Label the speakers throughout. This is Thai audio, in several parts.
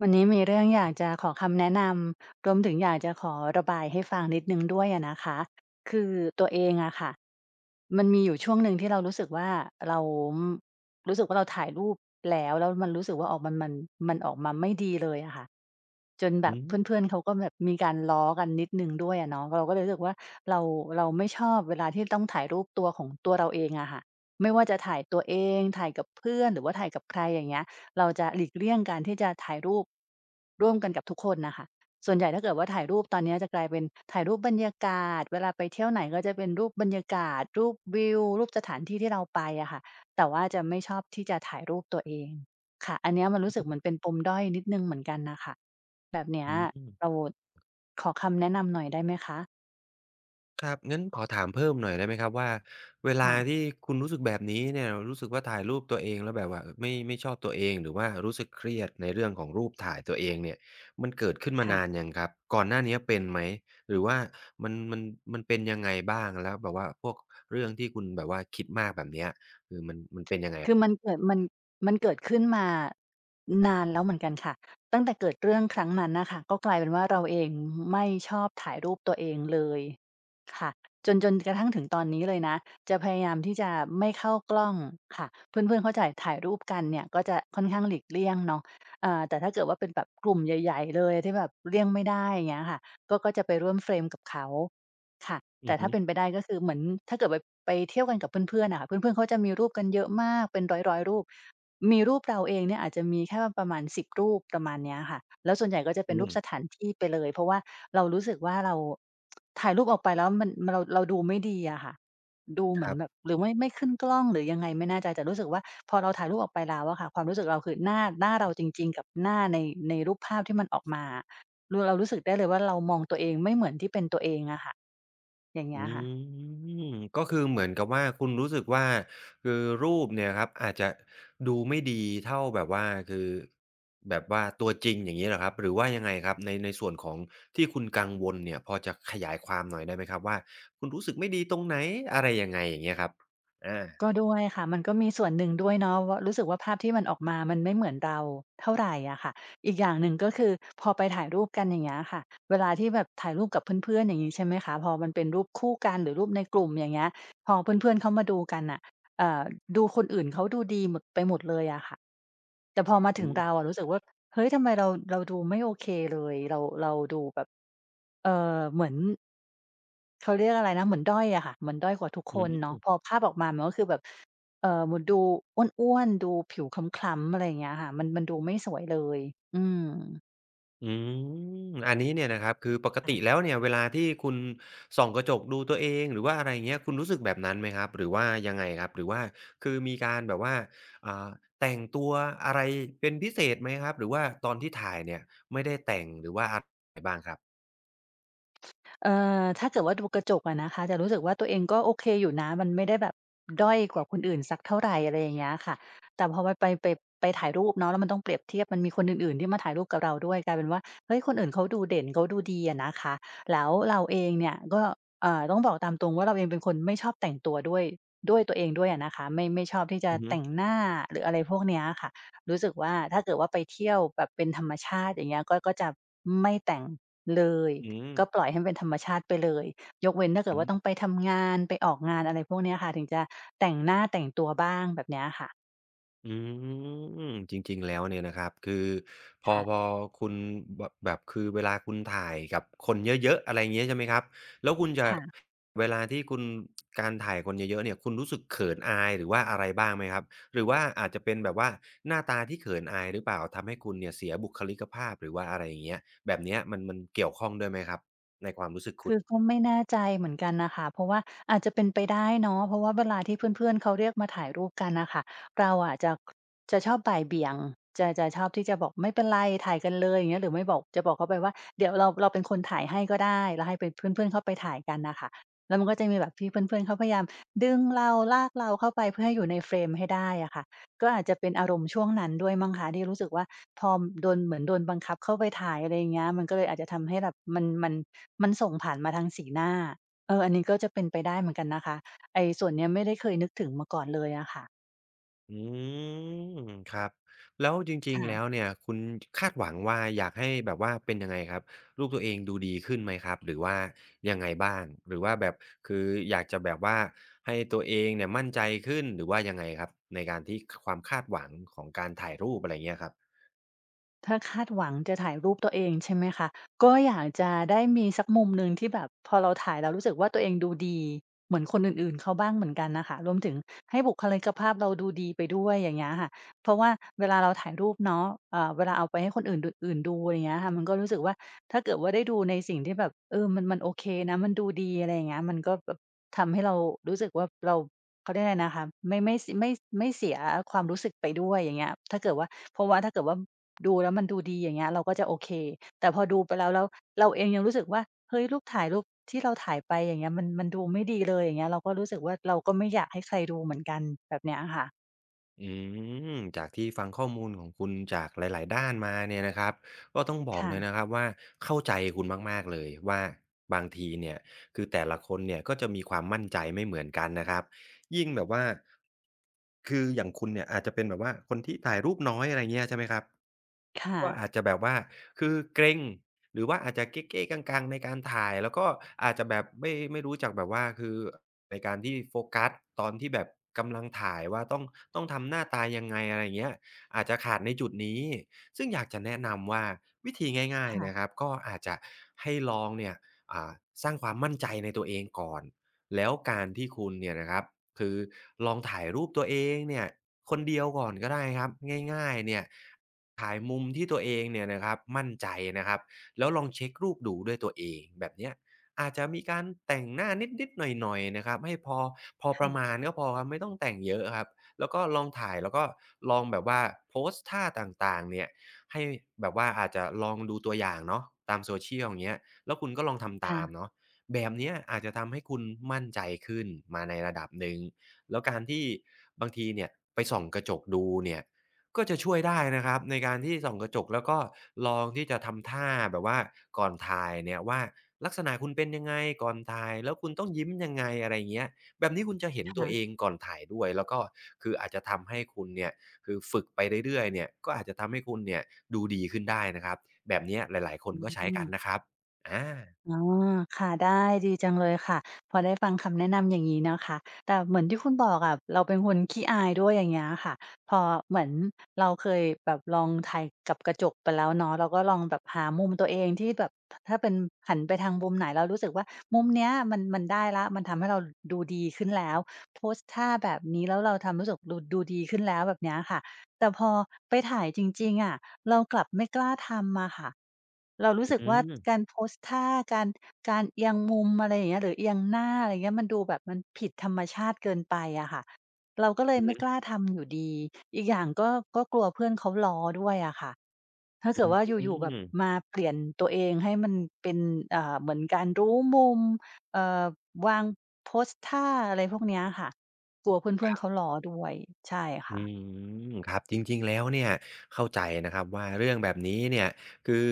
Speaker 1: วันนี้มีเรื่องอยากจะขอคำแนะนำรวมถึงอยากจะขอระบายให้ฟังนิดหนึ่งด้วยอะนะคะคือตัวเองอะค่ะมันมีอยู่ช่วงหนึ่งที่เรารู้สึกว่าเราถ่ายรูปแล้วมันรู้สึกว่าออกมันมันมันออกมาไม่ดีเลยอะค่ะจนแบ
Speaker 2: อื
Speaker 1: บ
Speaker 2: ม
Speaker 1: เพื่อนๆเขาก็แบบมีการล้อกันนิดหนึ่งด้วยอะเนาะเราก็เลยรู้สึกว่าเราเราไม่ชอบเวลาที่ต้องถ่ายรูปตัวของตัวเราเองอะค่ะไม่ว่าจะถ่ายตัวเองถ่ายกับเพื่อนหรือว่าถ่ายกับใครอย่างเงี้ย เราจะหลีกเลี่ยงการที่จะถ่ายรูปร่วมกันกับทุกคนน่ะค่ะส่วนใหญ่ถ้าเกิดว่าถ่ายรูปตอนเนี้ยจะกลายเป็นถ่ายรูปบรรยากาศเวลาไปเที่ยวไหนก็จะเป็นรูปบรรยากาศรูปวิวรูปสถานที่ที่เราไปอะค่ะแต่ว่าจะไม่ชอบที่จะถ่ายรูปตัวเองค่ะอันเนี้ยมันรู้สึกเหมือนเป็นปมด้อยนิดหนึ่งเหมือนกันน่ะค่ะแบบเนี้ย
Speaker 2: อื
Speaker 1: เรา
Speaker 2: ม
Speaker 1: ขอคำแนะนำหน่อยได้ไหมคะ
Speaker 2: ครับงั้นขอถามเพิ่มหน่อยได้ไหมครับว่าเวลา
Speaker 1: ค่ะ
Speaker 2: ที่คุณรู้สึกแบบนี้เนี่ยรู้สึกว่าถ่ายรูปตัวเองแล้วแบบว่าไม่ชอบตัวเองหรือว่ารู้สึกเครียดในเรื่องของรูปถ่ายตัวเองเนี่ยมันเกิดขึ้นมานาน
Speaker 1: ค่ะ
Speaker 2: ยังครับก่อนหน้าเนี้ยเป็นไหมหรือว่ามันมันมันเป็นยังไงบ้างแล้วแบบว่าพวกเรื่องที่คุณแบบว่าคิดมากแบบเนี้ยคือมันเป็นยังไง
Speaker 1: คือ
Speaker 2: อะ
Speaker 1: มันเกิดมันมันเกิดขึ้นมานานแล้วเหมือนกันค่ะตั้งแต่เกิดเรื่องครั้งนั้นน่ะค่ะก็กลายเป็นว่าเราเองไม่ชอบถ่ายรูปตัวเองเลยค่ะจนกระทั่งถึงตอนนี้เลยนะจะพยายามที่จะไม่เข้ากล้องค่ะเพื่อนๆเขาจ่ายถ่ายรูปกันเนี่ยก็จะค่อนข้างหลีกเลี่ยงเนาะอ่าแต่ถ้าเกิดว่าเป็นแบบกลุ่มใหญ่ๆเลยที่แบบเลี่ยงไม่ได้อย่างเงี้ยค่ะก็จะไปร่วมเฟรมกับเขาค่ะ
Speaker 2: อื
Speaker 1: แต่
Speaker 2: อฮึ
Speaker 1: ถ้าเป็นไปได้ก็คือเหมือนถ้าเกิดไปเที่ยวกันกับเพื่อนๆน่ะค่ะเพื่อนๆเขาจะมีรูปกันเยอะมากเป็นร้อยๆรูปมีรูปเราเองเนี่ยอาจจะมีแค่ประมาณ10รูปประมาณเนี้ยค่ะแล้วส่วนใหญ่ก็จะเป็
Speaker 2: อื
Speaker 1: นรูป
Speaker 2: ม
Speaker 1: สถานที่ไปเลยเพราะว่าเรารู้สึกว่าเราถ่ายรูปออกไปแล้วมันเราดูไม่ดีอะค่ะดูเห
Speaker 2: ค
Speaker 1: มือน
Speaker 2: รั
Speaker 1: แบบ
Speaker 2: บ
Speaker 1: หรือไม่ขึ้นกล้องหรือยังไงไม่แน่ใจแต่รู้สึกว่าพอเราถ่ายรูปออกไปแล้วอะค่ะความรู้สึกเราคือหน้าเราจริงๆกับหน้าในรูปภาพที่มันออกมาเรารู้สึกได้เลยว่าเรามองตัวเองไม่เหมือนที่เป็นตัวเองอะค่ะอย่าง
Speaker 2: อื
Speaker 1: เงี้ยค่ะ
Speaker 2: มก็คือเหมือนกับว่าคุณรู้สึกว่าคือรูปเนี่ยครับอาจจะดูไม่ดีเท่าแบบว่าคือแบบว่าตัวจริงอย่างนี้เหรอครับหรือว่ายังไงครับในส่วนของที่คุณกังวลเนี่ยพอจะขยายความหน่อยได้ไหมครับว่าคุณรู้สึกไม่ดีตรงไหนอะไรยังไงอย่างเงี้ยครับอา
Speaker 1: ก็ด้วยค่ะมันก็มีส่วนหนึ่งด้วยเนาะว่ารู้สึกว่าภาพที่มันออกมา มันไม่เหมือนเราเท่าไหรอะค่ะอีกอย่างหนึ่งก็คือพอไปถ่ายรูปกันอย่างเงี้ยค่ะเวลาที่แบบถ่ายรูปกับเพื่อนๆอย่างนี้ใช่ไหมคะพอมันเป็นรูปคู่กันหรือรูปในกลุ่มอย่างเงี้ยพอเพื่อนๆเขามาดูกันอ่ะเอ่อดูคนอื่นเขาดูดีหมดไปหมดเลยอะค่ะแต่พอมาถึ
Speaker 2: อื
Speaker 1: งเราอะรู้สึกว่าเฮ้ยทำไมเราดูไม่โอเคเลยเราดูแบบเอ่เหมือน เขาเรียกอะไรนะเหมือนด้อยอะค่ะเหมือนด้อยกว่าทุกคนเนาะ
Speaker 2: ม
Speaker 1: พอภาพออกมามันก็คือแบบเหมือนดูอ้วนๆดูผิวคล้ำๆอะไรอย่างเงี้ยค่ะมันมันดูไม่สวยเลยอืม
Speaker 2: อือันนี้เนี่ยนะครับคือปกติแล้วเนี่ยเวลาที่คุณส่องกระจกดูตัวเองหรือว่าอะไรเงี้ยคุณรู้สึกแบบนั้นไหมครับหรือว่ายังไงครับหรือว่าคือมีการแบบว่าอ่าแต่งตัวอะไรเป็นพิเศษไหมครับหรือว่าตอนที่ถ่ายเนี่ยไม่ได้แต่งหรือว่าอะไรบ้างครับ
Speaker 1: เอ่ถ้าเกิดว่าดูกระจกอะนะคะจะรู้สึกว่าตัวเองก็โอเคอยู่นะมันไม่ได้แบบด้อยกว่าคนอื่นสักเท่าไรอะไรอย่างเงี้ยค่ะแต่พอมันไปถ่ายรูปเนาะแล้วมันต้องเปรียบเทียบมันมีคนอื่นๆที่มาถ่ายรูปกับเราด้วยกลายเป็นว่าเฮ้ยคนอื่นเขาดูเด่นเขาดูดีอะนะคะแล้วเราเองเนี่ยก็ต้องบอกตามตรงว่าเราเองเป็นคนไม่ชอบแต่งตัวด้วยตัวเองด้วยอะนะคะไม่ชอบที่จะ
Speaker 2: อือฮึ
Speaker 1: แต่งหน้าหรืออะไรพวกเนี้ยอะค่ะ รู้สึกว่าถ้าเกิดว่าไปเที่ยวแบบเป็นธรรมชาติอย่างเงี้ยก็จะไม่แต่งเลย
Speaker 2: อืม
Speaker 1: ก็ปล่อยให้มันเป็นธรรมชาติไปเลยยกเว้นถ้าเกิด
Speaker 2: อื
Speaker 1: ว่า
Speaker 2: ม
Speaker 1: ต้องไปทำงานไปออกงานอะไรพวกเนี้ยค่ะถึงจะแต่งหน้าแต่งตัวบ้างแบบเนี้ยค่ะ
Speaker 2: อืมจริงๆแล้วเนี่ยนะครับคือพอ
Speaker 1: ค่ะ
Speaker 2: พอคุณบแบบคือเวลาคุณถ่ายกับคนเยอะๆอะไรอย่างเงี้ยใช่ไหมครับแล้วคุณจะ
Speaker 1: ค่ะ
Speaker 2: เวลาที่คุณการถ่ายคนเยอะๆเนี่ยคุณรู้สึกเขินอายหรือว่าอะไรบ้างไหมครับหรือว่าอาจจะเป็นแบบว่าหน้าตาที่เขินอายหรือเปล่าทำให้คุณเนี่ยเสียบุคลิกภาพหรือว่าอะไรอย่างเงี้ยแบบเนี้ยมันเกี่ยวข้องด้วยไหมครับในความรู้สึกคุ
Speaker 1: คื
Speaker 2: ณ
Speaker 1: อก็ไม่แน่ใจเหมือนกันน่ะค่ะเพราะว่าอาจจะเป็นไปได้เนาะเพราะว่าเวลาที่เพื่อนๆเขาเรียกมาถ่ายรูปกันน่ะค่ะเราอะจะชอบบ่ายเบี่ยงจะชอบที่จะบอกไม่เป็นไรถ่ายกันเลยอย่างเงี้ยหรือไม่บอกจะบอกเขาไปว่าเดี๋ยวเราเป็นคนถ่ายให้ก็ได้แล้วให้เป็นเพื่อนๆเข้าไปถ่ายกันน่ะค่ะแล้วมันก็จะมีแบบที่เพื่อนๆเขาพยายามดึงเราลากเราเข้าไปเพื่อให้อยู่ในเฟรมให้ได้อะค่ะก็อาจจะเป็นอารมณ์ช่วงนั้นด้วยมั้งคะที่รู้สึกว่าพอโดนเหมือนโดนบังคับเข้าไปถ่ายอะไรอย่างเงี้ยมันก็เลยอาจจะทำให้แบบมันส่งผ่านมาทางสีหน้าเอออันนี้ก็จะเป็นไปได้เหมือนกันนะคะไอ้ส่วนเนี้ยไม่ได้เคยนึกถึงมาก่อนเลยอะค่ะ
Speaker 2: อืมครับแล้วจริงๆแล้ว
Speaker 1: ค่ะ
Speaker 2: เนี่ยคุณคาดหวังว่าอยากให้แบบว่าเป็นยังไงครับลูกตัวเองดูดีขึ้นไหมครับหรือว่ายังไงบ้างหรือว่าแบบคืออยากจะแบบว่าให้ตัวเองเนี่ยมั่นใจขึ้นหรือว่ายังไงครับในการที่คความคาดหวังของการถ่ายรูปอะไรเงี้ยครับ
Speaker 1: ถ้าคาดหวังจะถ่ายรูปตัวเองใช่ไหมคะก็อยากจะได้มีสักมุมหนึ่งที่แบบพอเราถ่ายแล้วรู้สึกว่าตัวเองดูดีเหมือนคนอื่นๆเขาบ้างเหมือนกันน่ะค่ะรวมถึงให้บุคลิกภาพเราดูดีไปด้วยอย่างเงี้ยค่ะเพราะว่าเวลาเราถ่ายรูปเนาะเวลาเอาไปให้คนอื่นดอื่นดูอะไรเงี้ยค่ะมันก็รู้สึกว่าถ้าเกิดว่าได้ดูในสิ่งที่แบบเออมันโอเคนะมันดูดีอะไรอย่างเงี้ยมันก็แบบทำให้เรารู้สึกว่าเรา เขาเรียกอะไรนะคะไม่ไม่สไม่ไม่เสียความรู้สึกไปด้วยอย่างเงี้ยถ้าเกิดว่าเพราะว่าถ้าเกิดว่าดูแล้วมันดูดีอย่างเงี้ยเราก็จะโอเคแต่พอดูไปแล้วเราเองยังรู้สึกว่าเฮ้ยรูปถ่ายรูปที่เราถ่ายไปอย่างเงี้ยมันดูไม่ดีเลยอย่างเงี้ยเราก็รู้สึกว่าเราก็ไม่อยากให้ใครดูเหมือนกันแบบเนี้ยอะค่ะ
Speaker 2: อืมจากที่ฟังข้อมูลของคุณจากหลายๆด้านมาเนี่ยนะครับก็ต้องบอกเลยนะ
Speaker 1: ค่ะ
Speaker 2: ครับว่าเข้าใจคุณมากๆเลยว่าบางทีเนี่ยคือแต่ละคนเนี่ยก็จะมีความมั่นใจไม่เหมือนกันนะครับยิ่งแบบว่าคืออย่างคุณเนี่ยอาจจะเป็นแบบว่าคนที่ถ่ายรูปน้อยอะไรเงี้ยใช่ไหมครับ
Speaker 1: ค่ะ
Speaker 2: ก็อาจจะแบบว่าคือเกร็งหรือว่าอาจจะเก๊ๆกังๆในการถ่ายแล้วก็อาจจะแบบไม่รู้จักแบบว่าคือ ในการที่โฟกัสตอนที่แบบกำลังถ่ายว่าต้องทำหน้าตายังไงอะไรอย่างเงี้ยอาจจะขาดในจุดนี้ซึ่งอยากจะแนะนำว่าวิธีง่ายๆนะค
Speaker 1: ค่ะ
Speaker 2: รับก็อาจจะให้ลองเนี่ยอ่าสร้างความมั่นใจในตัวเองก่อนแล้วการที่คุณเนี่ยนะครับคือลองถ่ายรูปตัวเองเนี่ยคนเดียวก่อนก็ได้ครับง่ายๆเนี่ยถ่ายมุมที่ตัวเองเนี่ยนะครับมั่นใจนะครับแล้วลองเช็กรูปดูด้วยตัวเองแบบเนี้ย อาจจะมีการแต่งหน้านิดๆหน่อยๆนะครับให้พอประมาณก็พอครับไม่ต้องแต่งเยอะครับแล้วก็ลองถ่ายแล้วก็ลองแบบว่าโพสต์ท่าต่างๆเนี่ยให้แบบว่าอาจจะลองดูตัวอย่างเนาะตาม social อย่างเงี้ยแล้วคุณก็ลองทำตาม
Speaker 1: ค่ะ
Speaker 2: เนาะแบบเนี้ยอาจจะทำให้คุณมั่นใจขึ้นมาในระดับหนึ่งแล้วการที่บางทีเนี่ยไปส่องกระจกดูเนี่ย ก็จะช่วยได้นะครับในการที่ส่องกระจกแล้วก็ลองที่จะทำท่าแบบว่าก่อนถ่ายเนี่ยว่าลักษณะคุณเป็นยังไงก่อนถ่ายแล้วคุณต้องยิ้มยังไงอะไรเงี้ยแบบนี้คุณจะเห็นตัวเอ
Speaker 1: ค่ะ
Speaker 2: งก่อนถ่ายด้วยแล้วก็คืออาจจะทำให้คุณเนี่ยคือฝึกไปเรื่อยๆเนี่ยก็อาจจะทำให้คุณเนี่ยดูดีขึ้นได้นะครับแบบเนี้ยหลายๆคน
Speaker 1: อื
Speaker 2: ก็ใช้กันนะ
Speaker 1: ม
Speaker 2: ครับอา
Speaker 1: อ๋อค่ะได้ดีจังเลยค่ะพอได้ฟังคำแนะนำอย่างงี้นะคะแต่เหมือนที่คุณบอกอะเราเป็นคนขี้อายด้วยอย่างเงี้ยค่ะพอเหมือนเราเคยแบบลองถ่ายกับกระจกไปแล้วเนาะเราก็ลองแบบหามุมตัวเองที่แบบถถ้าเป็นหันไปทางมุมไหนแล้วรู้สึกว่ามุมเนี้ยมันได้แล้วมันทำให้เราดูดีขึ้นแล้วโพสท่าแบบนี้แล้วเราทำรู้สึกดูดีขึ้นแล้วแบบเนี้ยค่ะ แต่พอไปถ่ายจริงๆอะเรากลับไม่กล้าทำอะค่ะเรารู้สึก
Speaker 2: อื
Speaker 1: ว่ากา
Speaker 2: ม
Speaker 1: รโพสท่าการการเอียงมุมอะไรอย่างเงี้ยหรือเอียงหน้าอะไรเงี้ยมันดูแบบมันผิดธรรมชาติเกินไปอะค่ะเราก็เลย
Speaker 2: อือฮึ
Speaker 1: ไม่กล้าทำอยู่ดีอีกอย่างก็กลัวเพื่อนเขาล้อด้วยอะค่ะถ้า
Speaker 2: อื
Speaker 1: เกิด
Speaker 2: ม
Speaker 1: ว่าอยู่ๆแบบมาเปลี่ยนตัวเองให้มันเป็นเหมือนการรู้มุมเอ่อวางโพสท่าอะไรพวกเนี้ยค่ะกลัวเพื่อนๆเขาล้อด้วยใช่ค่ะ
Speaker 2: อืครับจริงๆแล้วเนี่ยเข้าใจนะครับว่าเรื่องแบบนี้เนี่ยคือ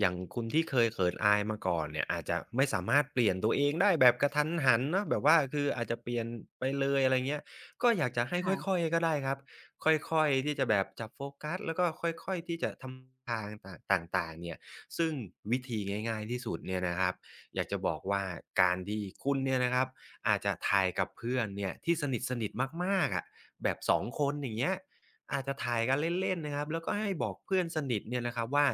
Speaker 2: อย่างคุณที่เคยเขินอายมาก่อนเนี่ยอาจจะไม่สามารถเปลี่ยนตัวเองได้แบบกะทันหันเนาะแบบว่าคืออาจจะเปลี่ยนไปเลยอะไรเงี้ยก็อยากจะให้ค่อ
Speaker 1: ค่ะ
Speaker 2: ยๆก็ได้ครับค่อยๆที่จะแบบจับโฟกัสแล้วก็ค่อยๆที่จะทำทางต่างต่างๆเนี่ยซึ่งวิธีง่ายๆที่สุดเนี่ยนะครับอยากจะบอกว่าการที่คุณเนี่ยนะครับอาจจะถ่ายกับเพื่อนเนี่ยที่สนิทๆมากๆอะ แบบ2คนอย่างเงี้ยอาจจะถ่ายกันเล่นๆนะครับแล้วก็ให้บอกเพื่อนสนิทเนี่ยนะครับว่า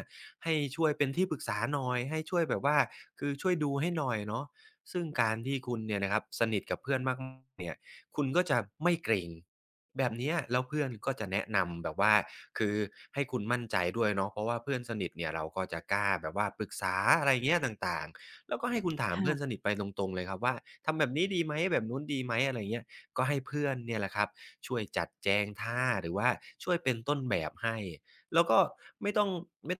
Speaker 2: ให้ช่วยเป็นที่ปรึกษาหน่อยให้ช่วยแบบว่าคือช่วยดูให้หน่อยเนาะซึ่งการที่คุณเนี่ยนะครับสนิทกับเพื่อนมากเนี่ยคุณก็จะไม่เกร็งแบบเนี้ยแล้วเพื่อนก็จะแนะนำแบบว่าคือให้คุณมั่นใจด้วยเนาะเพราะว่าเพื่อนสนิทเนี่ยเราก็จะกล้าแบบว่าปรึกษาอะไรเงี้ยต่างๆแล้วก็ให้คุณถามเพื่อนส
Speaker 1: ค่ะ
Speaker 2: นิทไปตรงๆเลยครับว่าทำแบบนี้ดีไหมแบบนู้นดีไหมอะไรเงี้ย ก็ให้เพื่อนเนี่ยแหละครับช่วยจัดแจงท่าหรือว่าช่วยเป็นต้นแบบให้แล้วก็ไม่ต้องไม่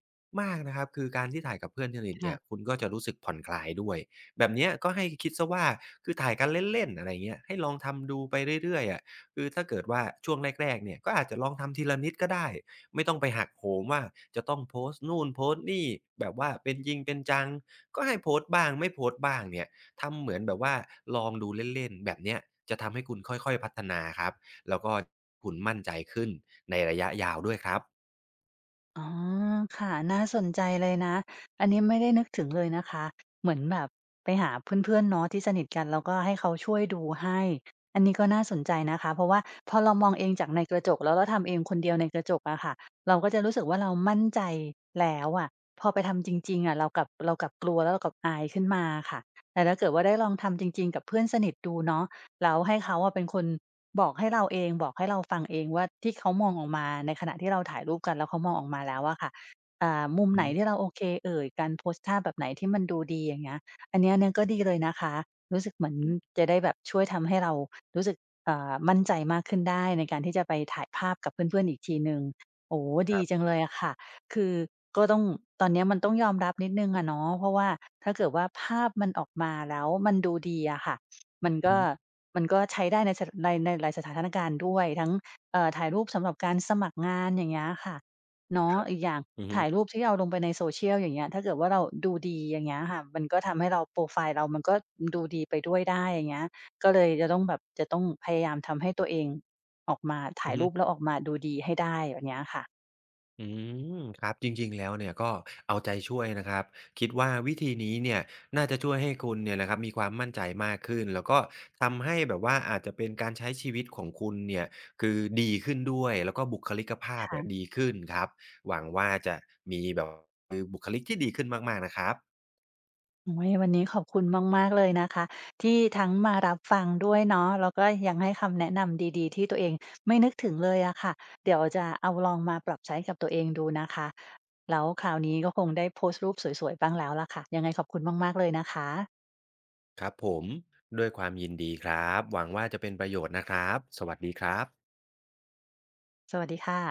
Speaker 2: มากนะครับคือการที่ถ่ายกับเพื่อนสนิทเนี่ย
Speaker 1: ค่ะ
Speaker 2: คุณก็จะรู้สึกผ่อนคลายด้วยแบบเนี้ยก็ให้คิดเสียว่าคือถ่ายกันเล่นๆอะไรเงี้ยให้ลองทำดูไปเรื่อยๆอะคือถ้าเกิดว่าช่วงแรกๆเนี่ยก็อาจจะลองทำทีละนิดก็ได้ไม่ต้องไปหักโหมว่าจะต้องโพสต์นู่นโพสต์นี่แบบว่าเป็นจริงเป็นจังก็ให้โพสต์บ้างไม่โพสต์บ้างเนี่ย ทำเหมือนแบบว่าลองดูเล่นๆแบบเนี้ยจะทำให้คุณค่อยๆพัฒนาครับแล้วก็คุณมั่นใจขึ้นในระยะยาวด้วยครับ
Speaker 1: อ๋อค่ะน่าสนใจเลยนะอันนี้ไม่ได้นึกถึงเลยนะคะเหมือนแบบไปหาเพื่อนๆเนาะที่สนิทกันแล้วก็ให้เขาช่วยดูให้อันนี้ก็น่าสนใจนะคะเพราะว่าพอเรามองเองจากในกระจกแล้วเราทำเองคนเดียวในกระจกอะค่ะเราก็จะรู้สึกว่าเรามั่นใจแล้วอะพอไปทำจริงๆอะเรากลับกลัวแล้วเรากลับอายขึ้นมาค่ะแต่ถ้าเกิดว่าได้ลองทำจริงๆกับเพื่อนสนิทดูเนาะ แล้วให้เขาอะเป็นคนบอกให้เราฟังเองว่าที่เขามองออกมาในขณะที่เราถ่ายรูปกันแล้วเขามองออกมาแล้วอะค่ะมุม
Speaker 2: อื
Speaker 1: ไหน
Speaker 2: อฮึ
Speaker 1: ที่เราโอเคเอ่ยการโพสต์ท่าแบบไหนที่มันดูดีอย่างเงี้ยอันนี้ก็ดีเลยนะคะรู้สึกเหมือน
Speaker 2: อือ
Speaker 1: จะได้แบบช่วยทำให้เรารู้สึกมั่นใจมากขึ้นได้ในการที่จะไปถ่ายภาพกับเพื่อนๆอีกทีหนึ่งโอ้โฮ
Speaker 2: ค
Speaker 1: ดี
Speaker 2: รั
Speaker 1: จัง
Speaker 2: บ
Speaker 1: เลยอะค่ะคือก็ต้องตอนเนี้ยมันต้องยอมรับนิดหนึ่งอะเนาะเพราะว่าถ้าเกิดว่าภาพมันออกมาแล้วมันดูดีอะค่ะมัน
Speaker 2: อือ
Speaker 1: ก็
Speaker 2: ฮึ
Speaker 1: มันก็ใช้ได้ในหลายสถานการณ์ด้วยทั้งถ่ายรูปสำหรับการสมัครงานอย่างเงี้ยค่ะเนาะอีกอย่าง
Speaker 2: อือฮึ
Speaker 1: ถ่ายรูปที่เราลงไปใน social อย่างเงี้ยถ้าเกิดว่าเราดูดีอย่างเงี้ยค่ะมันก็ทำให้เราโพรไฟล์เรามันก็ดูดีไปด้วยได้อย่างเงี้ยก็เลยจะต้องพยายามทำให้ตัวเองออกมา
Speaker 2: อื
Speaker 1: ถ่า
Speaker 2: อ
Speaker 1: ย
Speaker 2: ฮึ
Speaker 1: รูปแล้วออกมาดูดีให้ได้แบบเนี้ยค่ะ
Speaker 2: อืครับจริงๆแล้วเนี่ยก็เอาใจช่วยนะครับคิดว่าวิธีนี้เนี่ยน่าจะช่วยให้คุณเนี่ยนะครับมีความมั่นใจมากขึ้นแล้วก็ทำให้แบบว่าอาจจะเป็นการใช้ชีวิตของคุณเนี่ยคือดีขึ้นด้วยแล้วก็บุคลิกภาพเนี่ยดี
Speaker 1: ค่ะ
Speaker 2: ขึ้นครับหวังว่าจะมีแบบคือบุคลิกที่ดีขึ้นมากๆนะครับ
Speaker 1: โอ้ยวันนี้ขอบคุณมากๆเลยนะคะที่ทั้งมารับฟังด้วยเนาะแล้วก็ยังให้คำแนะนำดีๆที่ตัวเองไม่นึกถึงเลยอะค่ะเดี๋ยวจะเอาลองมาปรับใช้กับตัวเองดูนะคะแล้วคราวนี้ก็คงได้โพสต์รูปสวยๆบ้างแล้วล่ะค่ะยังไงขอบคุณมากๆเลยนะคะ
Speaker 2: ครับผมด้วยความยินดีครับหวังว่าจะเป็นประโยชน์นะครับสวัสดีครับ
Speaker 1: สวัสดีค่ะ